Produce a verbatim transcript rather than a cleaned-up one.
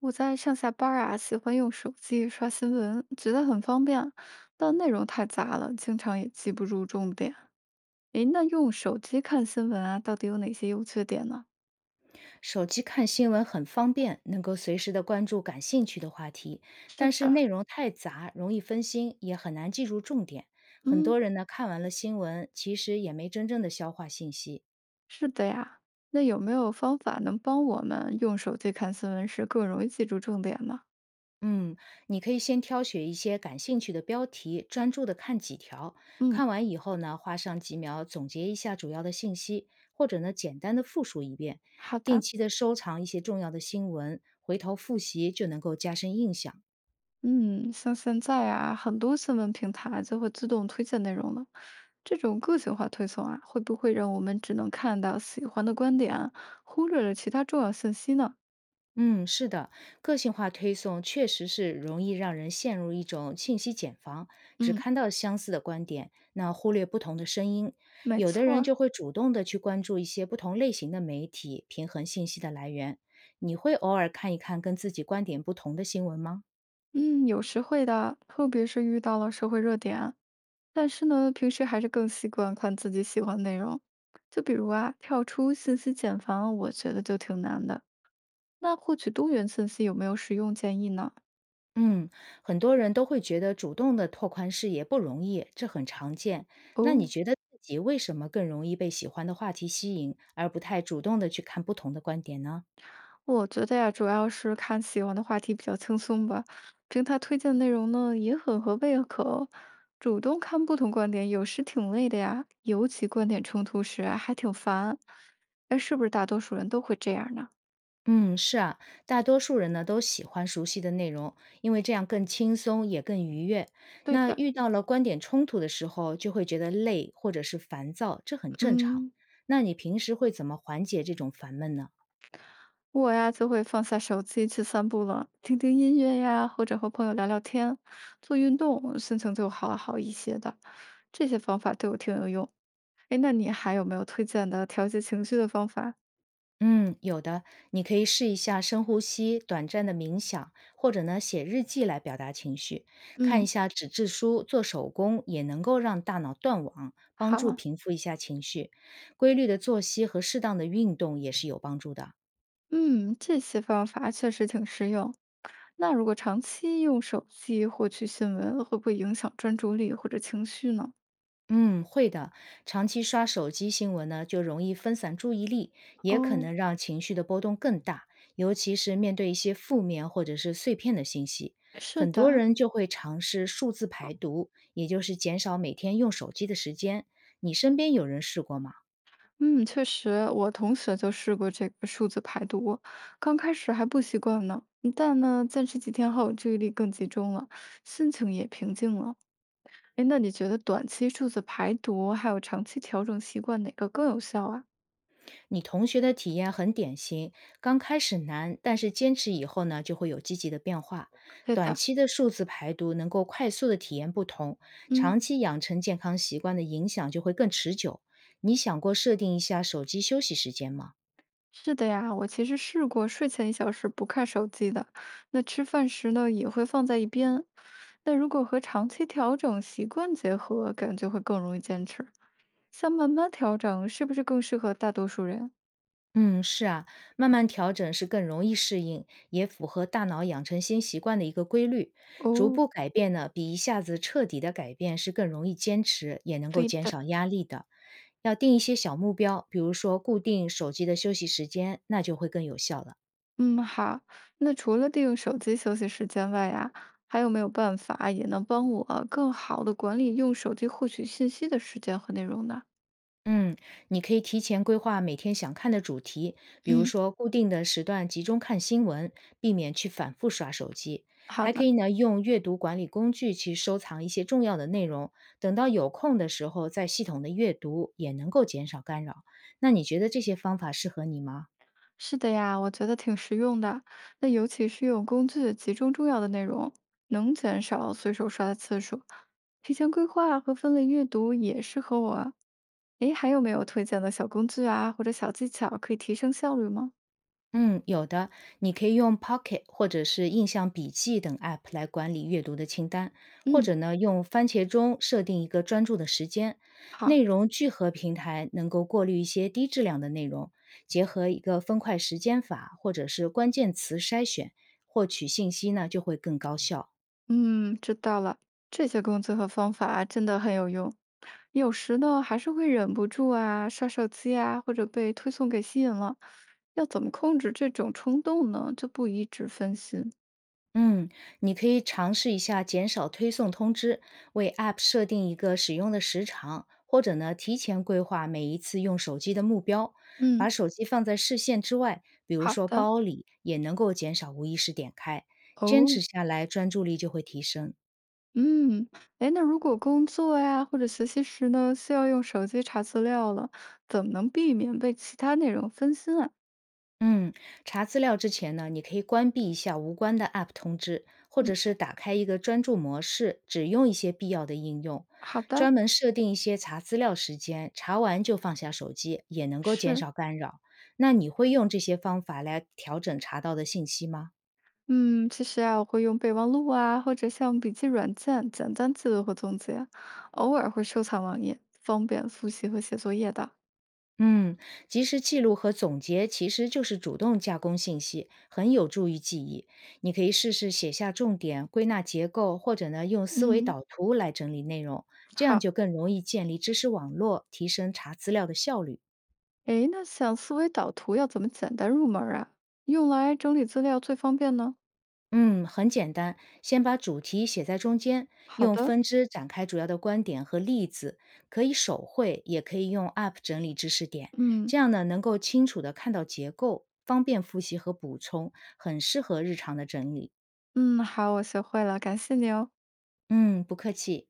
我在上下班儿啊，喜欢用手机刷新闻，觉得很方便，但内容太杂了，经常也记不住重点。诶，那用手机看新闻啊，到底有哪些优缺点呢？手机看新闻很方便，能够随时的关注感兴趣的话题，是但是的。内容太杂，容易分心，也很难记住重点。很嗯，多人呢看完了新闻，其实也没真正的消化信息。是的呀。那有没有方法能帮我们用手机看新闻时更容易记住重点呢？嗯，你可以先挑选一些感兴趣的标题，专注的看几条。嗯，看完以后呢，花上几秒总结一下主要的信息，或者呢简单的复述一遍。好定的。期的收藏一些重要的新闻，回头复习就能够加深印象。嗯，像现在啊，很多新闻平台就会自动推荐内容了。这种个性化推送啊，会不会让我们只能看到喜欢的观点，忽略了其他重要信息呢？嗯，是的，个性化推送确实是容易让人陷入一种信息茧房，只嗯，看到相似的观点，那忽略不同的声音。没有的错人儿。就会主动的去关注一些不同类型的媒体，平衡信息的来源。你会偶尔看一看跟自己观点不同的新闻吗？嗯，有时会的，特别是遇到了社会热点，但是呢，平时还是更习惯看自己喜欢的内容。就比如啊，跳出信息茧房，我觉得就挺难的。那获取多元信息有没有实用建议呢？嗯，很多人都会觉得主动的拓宽视野不容易，这很常见。那你哦，觉得自己为什么更容易被喜欢的话题吸引，而不太主动的去看不同的观点呢？我觉得呀，主要是看喜欢的话题比较轻松吧，平台推荐的内容呢也很合胃口，主动看不同观点有时挺累的呀，尤其观点冲突时啊还挺烦。哎，是不是大多数人都会这样呢？嗯，是啊，大多数人呢都喜欢熟悉的内容，因为这样更轻松也更愉悦。对那的。遇到了观点冲突的时候，就会觉得累或者是烦躁，这很正常。嗯，那你平时会怎么缓解这种烦闷呢？我呀就会放下手机去散步了，听听音乐呀，或者和朋友聊聊天，做运动，心情就好好一些的。这些方法对我挺有用。哎，那你还有没有推荐的调节情绪的方法？嗯，有的，你可以试一下深呼吸、短暂的冥想，或者呢写日记来表达情绪，看一嗯。下纸质书、做手工也能够让大脑断网，帮助好。平复一下情绪。规律的作息和适当的运动也是有帮助的。嗯，这些方法确实挺实用。那如果长期用手机获取新闻，会不会影响专注力或者情绪呢？嗯，会的。长期刷手机新闻呢，就容易分散注意力，也可哦，能让情绪的波动更大，尤其是面对一些负面或者是碎片的信息，是很多的。人就会尝试数字排毒，也就是减少每天用手机的时间。你身边有人试过吗？嗯，确实，我同学就试过这个数字排毒，刚开始还不习惯呢，嗯但呢，坚持几天后，注意力更集中了，心情也平静了。哎，那你觉得短期数字排毒还有长期调整习惯哪个更有效啊？你同学的体验很典型，刚开始难，但是坚持以后呢，就会有积极的变化。对短的。期的数字排毒能够快速的体验不同，嗯。长期养成健康习惯的影响就会更持久。你想过设定一下手机休息时间吗？是的呀，我其实试过睡前一小时不看手机的，那吃饭时呢也会放在一边。那如果和长期调整习惯结合，感觉会更容易坚持。像慢慢调整，是不是更适合大多数人？嗯，是啊，慢慢调整是更容易适应，也符合大脑养成新习惯的一个规律。逐哦，步改变呢，比一下子彻底的改变是更容易坚持，也能够对减的。少压力的。要定一些小目标，比如说固定手机的休息时间，那就会更有效了。嗯，好。那除了利用手机休息时间外呀，还有没有办法也能帮我更好的管理用手机获取信息的时间和内容呢？嗯，你可以提前规划每天想看的主题，比如嗯，说固定的时段集中看新闻，避免去反复刷手机。好还可的。以呢，用阅读管理工具去收藏一些重要的内容，等到有空的时候再系统的阅读，也能够减少干扰。那你觉得这些方法适合你吗？是的呀，我觉得挺实用的。那尤其是用工具集中重要的内容，能减少随手刷的次数。提前规划和分类阅读也适合我啊。诶，还有没有推荐的小工具啊，或者小技巧可以提升效率吗？嗯，有的，你可以用 Pocket 或者是印象笔记等 App 来管理阅读的清单，或嗯，者呢，用番茄钟设定一个专注的时间。好。内容聚合平台能够过滤一些低质量的内容，结合一个分块时间法或者是关键词筛选，获取信息呢就会更高效。嗯，知道了。这些工具和方法真的很有用。有时呢，还是会忍不住啊，刷手机啊，或者被推送给吸引了。要怎么控制这种冲动呢？就不一直分心。嗯，你可以尝试一下减少推送通知，为 App 设定一个使用的时长，或者呢，提前规划每一次用手机的目标，把嗯。手机放在视线之外，比如好说的。包里，也能够减少无意识点开。坚哦。持下来，专注力就会提升。嗯，哎，那如果工作呀或者学习时呢，需要用手机查资料了，怎么能避免被其他内容分心啊？嗯，查资料之前呢，你可以关闭一下无关的 App 通知，或嗯，者是打开一个专注模式，只用一些必要的应用，好的。专门设定一些查资料时间，查完就放下手机，也能够减是。少干扰。那你会用这些方法来调整查到的信息吗？嗯，其实啊，我会用备忘录啊，或者像笔记软件简单记录和总结，偶尔会收藏网页，方便复习和写作业的。嗯，及时记录和总结其实就是主动加工信息，很有助于记忆。你可以试试写下重点、归纳结构，或者呢用思维嗯，导图来整理内容，这样好。就更容易建立知识网络，提升查资料的效率。哎，那想思维导图要怎么简单入门儿啊？用来整理资料最方便呢？嗯，很简单，先把主题写在中间，好用的。分支展开主要的观点和例子，可以手绘，也可以用 App 整理知识点，嗯。这样呢能够清楚的看到结构，方便复习和补充，很适合日常的整理。嗯，好，我学会了，感谢你哦。嗯，不客气。